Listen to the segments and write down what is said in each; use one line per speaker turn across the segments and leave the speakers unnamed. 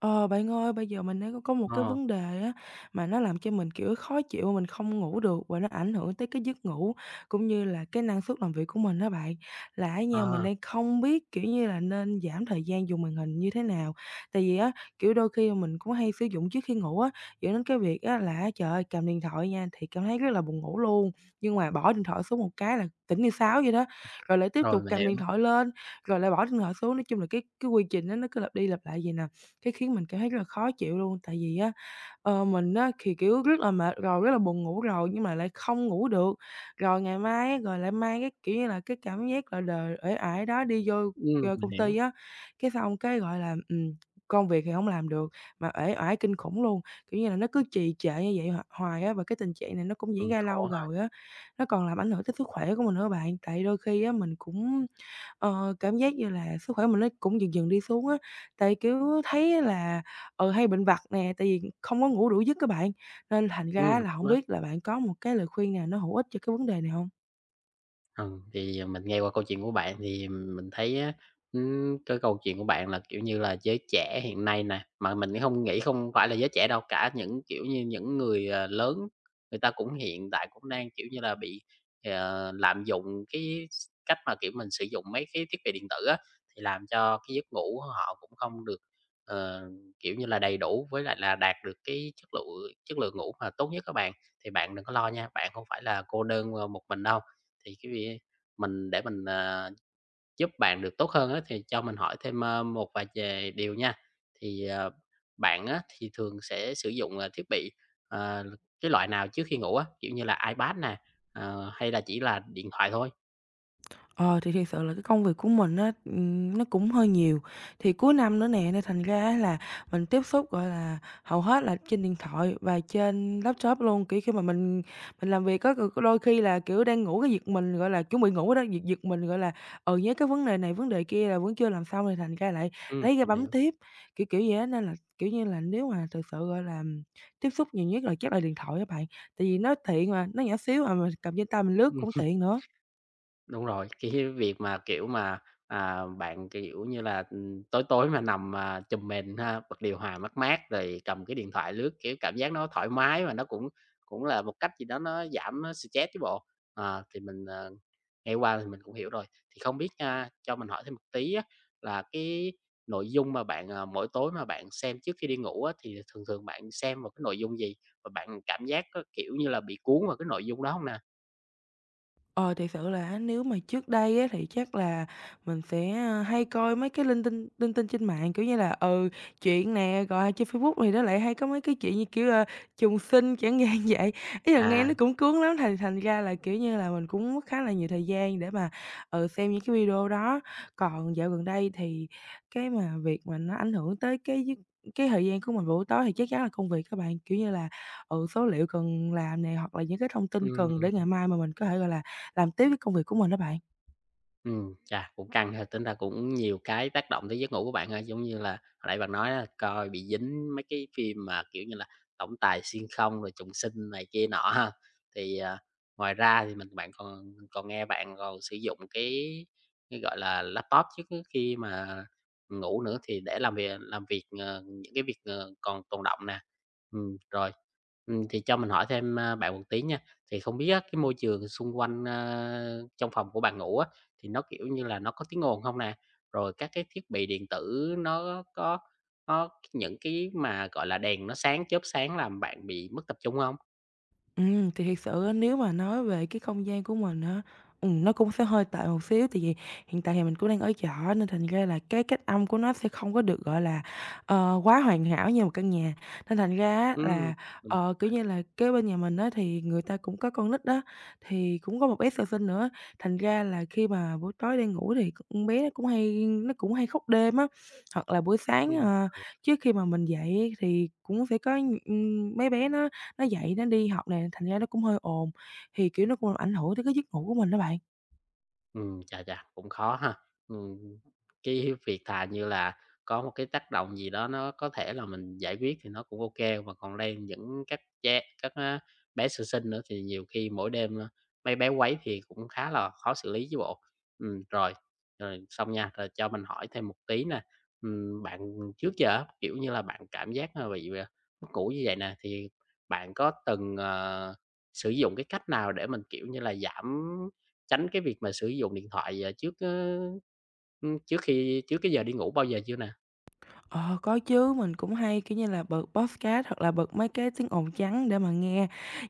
Ờ, bạn ơi, bây giờ mình đang có một cái
Ờ,
vấn đề á, mà nó làm cho mình, kiểu, khó chịu, mà mình không ngủ được và nó ảnh hưởng tới cái giấc ngủ cũng như là cái năng suất làm việc của mình đó bạn. Là á nha, mình
à,
đang không biết, kiểu như là, nên giảm thời gian dùng màn hình như thế nào. Tại vì á, kiểu, đôi khi mình cũng hay sử dụng trước khi ngủ á, dẫn đến cái việc á là trời ơi, cầm điện thoại nha thì cảm thấy rất là buồn ngủ luôn, nhưng mà bỏ điện thoại xuống một cái là tỉnh như sáo vậy đó, rồi lại tiếp
rồi,
tục
mình
cầm
hiểu.
điện thoại lên, rồi lại bỏ điện thoại xuống. Nói chung là cái quy trình á nó cứ lặp đi lặp lại vậy nè cái khiến mình cảm thấy rất là khó chịu luôn. Tại vì á, mình á thì, kiểu, rất là mệt rồi, rất là buồn ngủ rồi nhưng mà lại không ngủ được. Rồi ngày mai á, rồi lại mang cái, kiểu như là, cái cảm giác là đời uể ải đó đi vô,
Mình
công
hiểu.
ty á, cái xong cái, gọi là, công việc thì không làm được mà uể ải kinh khủng luôn. Kiểu như là, nó cứ trì trệ như vậy hoài á, và cái tình trạng này nó cũng diễn ra
Khổ
lâu
ha.
rồi á, nó còn làm ảnh hưởng tới sức khỏe của mình nữa bạn. Tại đôi khi á, mình cũng, cảm giác như là sức khỏe mình nó cũng dần dần đi xuống á. Tại, kiểu, thấy là, ừ, hay bệnh vặt nè, tại vì không có ngủ đủ giấc các bạn, nên thành ra là không
Đúng.
biết là bạn có một cái lời khuyên nào nó hữu ích cho cái vấn đề này không?
Mình nghe qua câu chuyện của bạn thì mình thấy á, cái câu chuyện của bạn là, kiểu như là, giới trẻ hiện nay nè, mà mình cũng không nghĩ không phải là giới trẻ đâu, cả những, kiểu như, những người, lớn người ta cũng hiện tại cũng đang, kiểu như là, bị, lạm dụng cái cách mà, kiểu, mình sử dụng mấy cái thiết bị điện tử á, thì làm cho cái giấc ngủ của họ cũng không được, ờ, kiểu như là, đầy đủ với lại là đạt được cái chất lượng ngủ mà tốt nhất các bạn. Thì bạn đừng có lo nha, bạn không phải là cô đơn, một mình đâu thì cái việc mình để mình, giúp bạn được tốt hơn á, thì cho mình hỏi thêm, một vài về điều nha. Thì, ờ, bạn á, thì thường sẽ sử dụng, thiết bị, ờ, cái loại nào trước khi ngủ á, kiểu như là iPad nè, hay là chỉ là điện thoại thôi?
Ờ, thì thiệt sự là cái công việc của mình á, nó cũng hơi nhiều. Thì cuối năm nữa nè, nên thành ra á là mình tiếp xúc, gọi là, hầu hết là trên điện thoại và trên laptop luôn. Kiểu, khi mà mình làm việc có đôi khi là, kiểu, đang ngủ cái việc mình, gọi là, chuẩn bị ngủ đó, việc việc mình, gọi là, nhớ cái vấn đề này, vấn đề kia là vẫn chưa làm xong thì thành ra lại lấy ra
Mình
bấm
hiểu.
tiếp, kiểu vậy á. Nên là, kiểu như là, nếu mà thực sự, gọi là, tiếp xúc nhiều nhất là chắc là điện thoại các bạn, tại vì nó tiện mà, nó nhỏ xíu à, mà mình cầm trên tay mình lướt cũng
Ừm.
tiện nữa.
Đúng rồi, cái việc mà, kiểu mà, bạn, kiểu như là, tối tối mà nằm mà chùm mền ha, bật điều hòa mát mát rồi cầm cái điện thoại lướt, kiểu, cảm giác nó thoải mái và nó cũng cũng là một cách gì đó nó giảm stress chứ bộ. Ờ, thì mình, ờ, nghe qua thì mình cũng hiểu rồi. Thì không biết nha, cho mình hỏi thêm một tí á, là cái nội dung mà bạn, mỗi tối mà bạn xem trước khi đi ngủ á, thì thường thường bạn xem một cái nội dung gì? Và bạn cảm giác có, kiểu như là, bị cuốn vào cái nội dung đó không nè?
Ờ, thiệt sự là nếu mà trước đây á thì chắc là mình sẽ, a, hay coi mấy cái linh tinh trên mạng, kiểu như là, ừ, chuyện nè, rồi trên Facebook thì nó lại hay có mấy cái chuyện như kiểu, trùng sinh chẳng hạn vậy. Ý là nghe
À.
nó cũng cuốn lắm, thành thành ra là, kiểu như là, mình cũng mất khá là nhiều thời gian để mà, ừ, xem những cái video đó. Còn dạo gần đây thì cái mà việc mà nó ảnh hưởng tới cái giấc cái thời gian của mình buổi tối thì chắc chắn là công việc các bạn, kiểu như là, ừ, số liệu cần làm này hoặc là những cái thông tin cần để
Ừm.
ngày mai mà mình có thể, gọi là, làm tiếp cái công việc của mình đó bạn.
Chà, cũng căng ha, tính ra cũng nhiều cái tác động tới giấc ngủ của bạn ha. Giống như là hồi nãy bạn nói là coi bị dính mấy cái phim mà, kiểu như là, Tổng Tài Xuyên Không rồi Trùng Sinh này kia nọ ha. Thì, à, ngoài ra thì mình nghe bạn còn sử dụng cái, gọi là, laptop trước khi mà ngủ nữa thì để làm việc những cái việc, còn tồn đọng nè. Ừm, rồi, thì cho mình hỏi thêm, bạn một tí nha. Thì không biết á, cái môi trường xung quanh, trong phòng của bạn ngủ á thì nó, kiểu như là, nó có tiếng ồn không nè, rồi các cái thiết bị điện tử nó có những cái mà, gọi là, đèn nó sáng, chớp sáng làm bạn bị mất tập trung không?
Thì thiệt sự á, nếu mà nói về cái không gian của mình á, nó cũng sẽ hơi tệ một xíu, tại vì hiện tại thì mình cũng đang ở trọ nên thành ra là cái cách âm của nó sẽ không có được, gọi là, quá hoàn hảo như một căn nhà. Nên thành ra á
Ừm,
là,
mình hiểu
kiểu
rồi.
như là, kế bên nhà mình á thì người ta cũng có con nít á, thì cũng có một bé sơ sinh nữa, thành ra là khi mà buổi tối đang ngủ thì con bé nó cũng hay khóc đêm á. Hoặc là buổi sáng,
Ừm.
trước khi mà mình dậy thì cũng sẽ có, mấy bé nó dậy nó đi học này thành ra nó cũng hơi ồn, thì, kiểu, nó cũng làm ảnh hưởng tới cái giấc ngủ của mình đó bạn.
Chà chà, cũng khó ha. Ừm, cái việc thà như là có một cái tác động gì đó nó có thể là mình giải quyết thì nó cũng ok mà còn đây những các cha các, bé sơ sinh nữa thì nhiều khi mỗi đêm, mấy bé quấy thì cũng khá là khó xử lý chứ bộ. Ừm, rồi, rồi xong nha, rồi cho mình hỏi thêm một tí nè, bạn trước giờ á, kiểu như là, bạn cảm giác mà bị, mất ngủ như vậy nè, thì bạn có từng, sử dụng cái cách nào để mình, kiểu như là, giảm tránh cái việc mà sử dụng điện thoại, ờ, trước, ơ, ưm, trước khi trước cái giờ đi ngủ bao giờ chưa nè?
Ờ, có chứ, mình cũng hay, kiểu như là, bật podcast hoặc là bật mấy cái tiếng ồn trắng để mà nghe.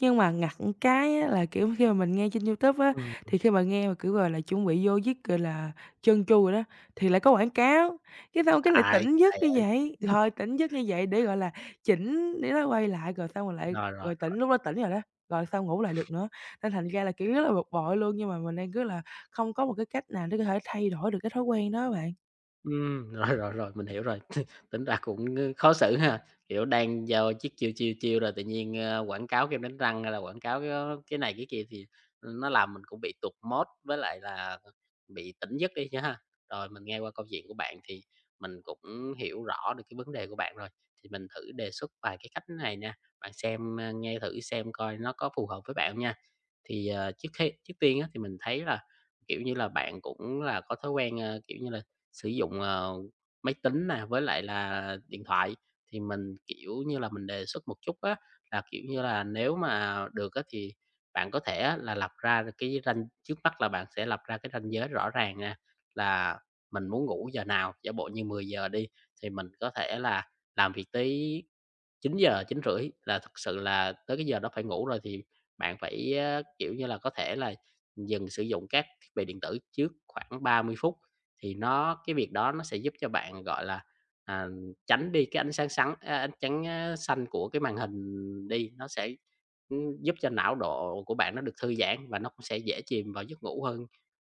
Nhưng mà ngặt một cái á là, kiểu, khi mà mình nghe trên YouTube á,
Ừm.
thì khi mà nghe mà, kiểu, gọi là, chuẩn bị vô giấc, gọi là, chân chu rồi đó, thì lại có quảng cáo, cái xong cái lại
À, vậy
tỉnh giấc như
hả?
vậy, rồi tỉnh giấc như vậy để, gọi là, chỉnh để nó quay lại rồi xong rồi lại
Rồi, rồi.
rồi tỉnh, lúc đó tỉnh rồi đó, rồi xong ngủ lại được nữa. Nên thành ra là, kiểu, rất là bực bội luôn, nhưng mà mình đang, kiểu là, không có một cái cách nào để có thể thay đổi được cái thói quen đó bạn.
Rồi, rồi, rồi, mình hiểu rồi. Tính ra cũng, khó xử ha, kiểu, đang giao chiếc chiêu rồi tự nhiên, quảng cáo kem đánh răng hay là quảng cáo cái này cái kia thì nó làm mình cũng bị tụt mốt với lại là bị tỉnh giấc đi chứ ha. Rồi mình nghe qua câu chuyện của bạn thì mình cũng hiểu rõ được cái vấn đề của bạn rồi, thì mình thử đề xuất vài cái cách này nè, bạn xem, nghe thử xem coi nó có phù hợp với bạn không nha. Trước hết trước tiên á thì mình thấy là, kiểu như là, bạn cũng là có thói quen, kiểu như là, sử dụng, máy tính nè, với lại là điện thoại. Thì mình, kiểu như là, mình đề xuất một chút á, là, kiểu như là, nếu mà được á thì bạn có thể á là lập ra được cái ranh trước mắt là bạn sẽ lập ra cái ranh giới rõ ràng nè, là mình muốn ngủ giờ nào, giả bộ như 10 giờ đi, thì mình có thể là làm việc tới 9 giờ 9 rưỡi là thực sự là tới cái giờ đó phải ngủ rồi thì bạn phải, kiểu như là, có thể là dừng sử dụng các thiết bị điện tử trước khoảng 30 phút, thì nó cái việc đó nó sẽ giúp cho bạn, gọi là, à, tránh đi cái ánh sáng sáng a, ánh trắng, xanh của cái màn hình đi, nó sẽ, giúp cho não độ của bạn nó được thư giãn và nó cũng sẽ dễ chìm vào giấc ngủ hơn,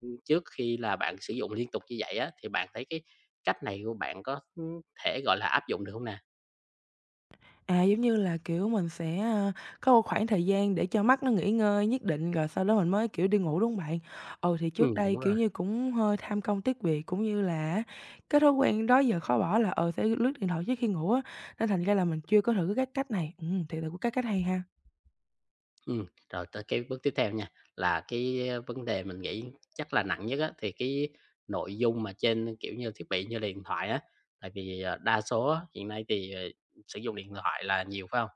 trước khi là bạn sử dụng liên tục như vậy á, thì bạn thấy cái cách này của bạn có, thể, gọi là, áp dụng được không nè?
À, giống như là, kiểu, mình sẽ, a, có một khoảng thời gian để cho mắt nó nghỉ ngơi nhất định rồi sau đó mình mới, kiểu, đi ngủ, đúng hông bạn? Ừ, thì
Ừ
trước đây,
đúng
kiểu
rồi.
như, cũng hơi tham công tiếc việc, cũng như là á, cái thói quen đó giờ khó bỏ là, sẽ lướt điện thoại trước khi ngủ á, nên thành ra là mình chưa có thử cái cách này. Thiệt là cũng cái cách hay ha.
Ừm, rồi tới cái bước tiếp theo nha, là cái, vấn đề mình nghĩ chắc là nặng nhất á, thì cái nội dung mà trên, kiểu như, thiết bị như là điện thoại á, tại vì, đa số á, hiện nay thì, sử dụng điện thoại là nhiều, phải không?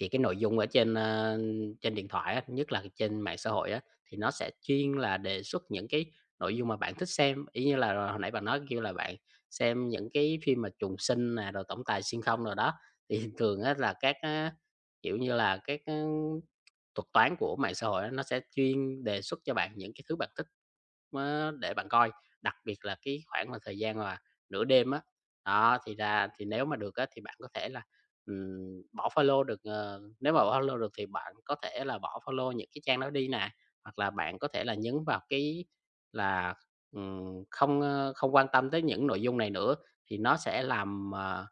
Thì cái nội dung ở trên, trên điện thoại á, nhất là trên mạng xã hội á, thì nó sẽ chuyên là đề xuất những cái nội dung mà bạn thích xem, y như là hồi nãy bạn nói, kêu là, bạn xem những cái phim mà trùng sinh nè, rồi tổng tài xuyên không rồi đó, thì thường á là các á, kiểu như là, các, thuật toán của mạng xã hội á, nó sẽ chuyên đề xuất cho bạn những cái thứ bạn thích á, để bạn coi, đặc biệt là cái khoảng mà thời gian mà nửa đêm á. Đó, thì ra thì nếu mà được á thì bạn có thể là, ừm, bỏ follow được, nếu mà bỏ follow được thì bạn có thể là bỏ follow những cái trang đó đi nè, hoặc là bạn có thể là nhấn vào cái là, không, không quan tâm tới những nội dung này nữa, thì nó sẽ làm,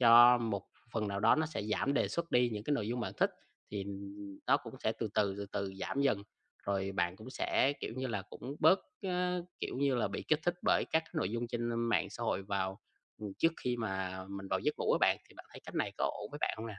cho một phần nào đó nó sẽ giảm đề xuất đi những cái nội dung bạn thích thì nó cũng sẽ từ từ giảm dần, rồi bạn cũng sẽ, kiểu như là, cũng bớt, kiểu như là, bị kích thích bởi các cái nội dung trên mạng xã hội vào, trước khi mà mình vào giấc ngủ với bạn, thì bạn thấy cách này có ổn với bạn không nè?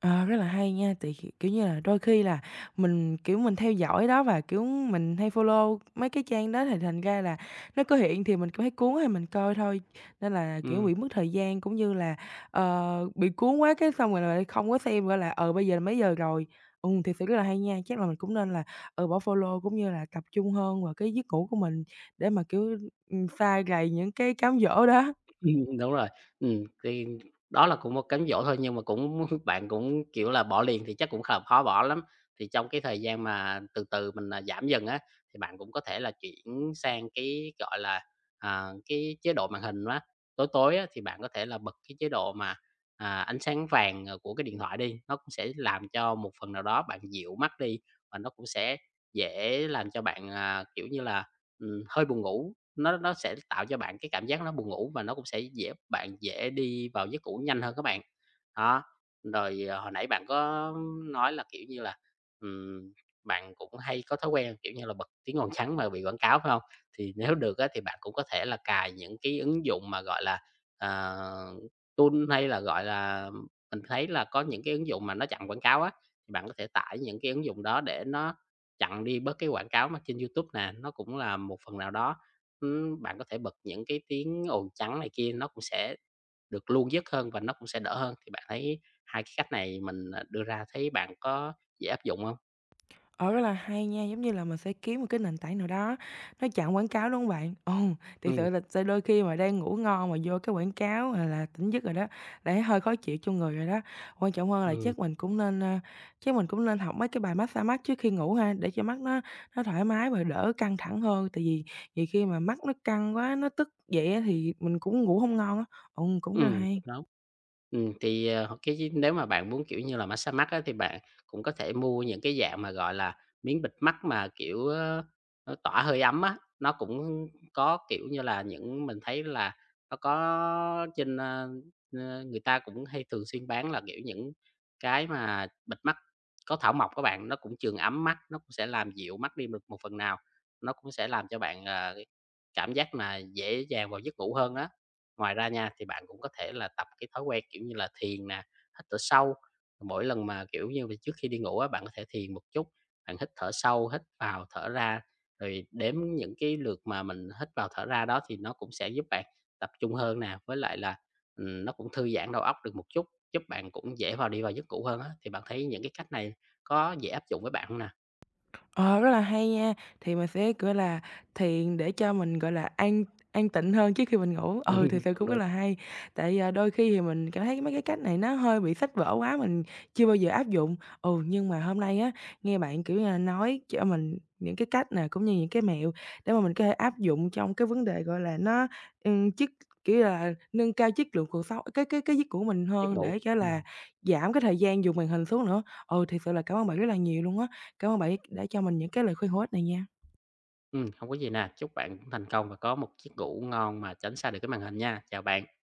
Ờ, rất là hay nha, tại kiểu như là, đôi khi là mình, kiểu, mình theo dõi đó và, kiểu, mình hay follow mấy cái trang đó thì thành ra là nó có hiện thì mình cũng thấy cuốn hay mình coi thôi, nên là, kiểu,
Ừm.
bị mất thời gian cũng như là, bị cuốn quá cái xong rồi lại không có xem, gọi là, bây giờ là mấy giờ rồi. Ừ, thiệt sự rất là hay nha, chắc là mình cũng nên là, ừ, bỏ follow cũng như là tập trung hơn vào cái giấc ngủ của mình để mà, kiểu, sa rầy những cái cám dỗ đó.
Đúng rồi. Thì đó là cũng một cám dỗ thôi, nhưng mà cũng bạn cũng, kiểu là, bỏ liền thì chắc cũng khó bỏ lắm. Thì trong cái thời gian mà từ từ mình, giảm dần á, thì bạn cũng có thể là chuyển sang cái, gọi là, cái chế độ màn hình á. Tối tối á, thì bạn có thể là bật cái chế độ mà, ánh sáng vàng, của cái điện thoại đi, nó cũng sẽ làm cho một phần nào đó bạn dịu mắt đi, và nó cũng sẽ dễ làm cho bạn, kiểu như là, hơi buồn ngủ nó sẽ tạo cho bạn cái cảm giác nó buồn ngủ và nó cũng sẽ dễ bạn dễ đi vào giấc ngủ nhanh hơn các bạn. Đó, rồi, hồi nãy bạn có nói là, kiểu như là, ừm, bạn cũng hay có thói quen, kiểu như là, bật tiếng ồn trắng mà bị quảng cáo, phải không? Thì nếu được á thì bạn cũng có thể là cài những cái ứng dụng mà, gọi là, ờ, tool hay là, gọi là, mình thấy là có những cái ứng dụng mà nó chặn quảng cáo á, thì bạn có thể tải những cái ứng dụng đó để nó chặn đi bớt cái quảng cáo mà trên YouTube nè, nó cũng là một phần nào đó. Bạn có thể bật những cái tiếng ồn trắng này kia nó cũng sẽ được luôn dứt hơn và nó cũng sẽ đỡ hơn, thì bạn thấy hai cái cách này mình, đưa ra thấy bạn có dễ áp dụng không?
Ờ, rất là hay nha, giống như là mình sẽ kiếm một cái nền tảng nào đó nó chặn quảng cáo, đúng không bạn? Ừ, thiệt
Ừ,
sự là sẽ đôi khi mà đang ngủ ngon mà vô cái quảng cáo, gọi là, tỉnh giấc rồi đó, là thấy hơi khó chịu cho người rồi đó. Quan trọng hơn là
ừ,
chắc mình cũng nên, a, chắc mình cũng nên học mấy cái bài mát-xa mắt trước khi ngủ ha, để cho mắt nó thoải mái và đỡ căng thẳng hơn. Tại vì nhiều khi mà mắt nó căng quá, nó tức vậy á thì mình cũng ngủ không ngon á. Ừ, cũng rất là hay.
đúng đó. Cái nếu mà bạn muốn, kiểu như là, massage mắt á, thì bạn cũng có thể mua những cái dạng mà, gọi là, miếng bịt mắt mà, kiểu, nó tỏa hơi ấm á. Nó cũng có, kiểu như là, những mình thấy là nó có trên, ơ, ơ, người ta cũng hay thường xuyên bán là, kiểu, những cái mà bịt mắt có thảo mộc các bạn, nó cũng trường ấm mắt, nó cũng sẽ làm dịu mắt đi được một phần nào, nó cũng sẽ làm cho bạn, cảm giác mà dễ dàng vào giấc ngủ hơn á. Ngoài ra nha, thì bạn cũng có thể là tập cái thói quen, kiểu như là, thiền nè, hít thở sâu. Mỗi lần mà, kiểu như, là trước khi đi ngủ á, bạn có thể thiền một chút, bạn hít thở sâu, hít vào, thở ra, rồi đếm những cái lượt mà mình hít vào, thở ra đó thì nó cũng sẽ giúp bạn tập trung hơn nè, với lại là, nó cũng thư giãn đầu óc được một chút, giúp bạn cũng dễ vào đi vào giấc ngủ hơn á. Thì bạn thấy những cái cách này có dễ áp dụng với bạn không nè?
Ờ, rất là hay nha. Thì mình sẽ, gọi là, thiền để cho mình, gọi là, an tịnh hơn trước khi mình ngủ.
Ừm,
Ừ, thực sự
đúng,
cũng rất
đúng,
là hay. Tại, à, đôi khi thì mình cảm thấy mấy cái cách này nó hơi bị sách vở quá, mình chưa bao giờ áp dụng. Ừ, nhưng mà hôm nay á, nghe bạn, kiểu như là, nói cho mình những cái cách nè, cũng như những cái mẹo để mà mình có thể áp dụng trong cái vấn đề, gọi là, nó, chất kiểu là, nâng cao chất lượng cuộc sống cái giấc của mình
giấc
hơn
ngủ.
để, kiểu là,
Ừm,
giảm cái thời gian dùng màn hình xuống nữa. Ừ, thiệt sự là cảm ơn bạn rất là nhiều luôn á. Cảm ơn bạn đã cho mình những cái lời khuyên hữu ích này nha.
hông có gì nè, chúc bạn thành công và có một chiếc ngủ ngon mà tránh xa được cái màn hình nha. Chào bạn.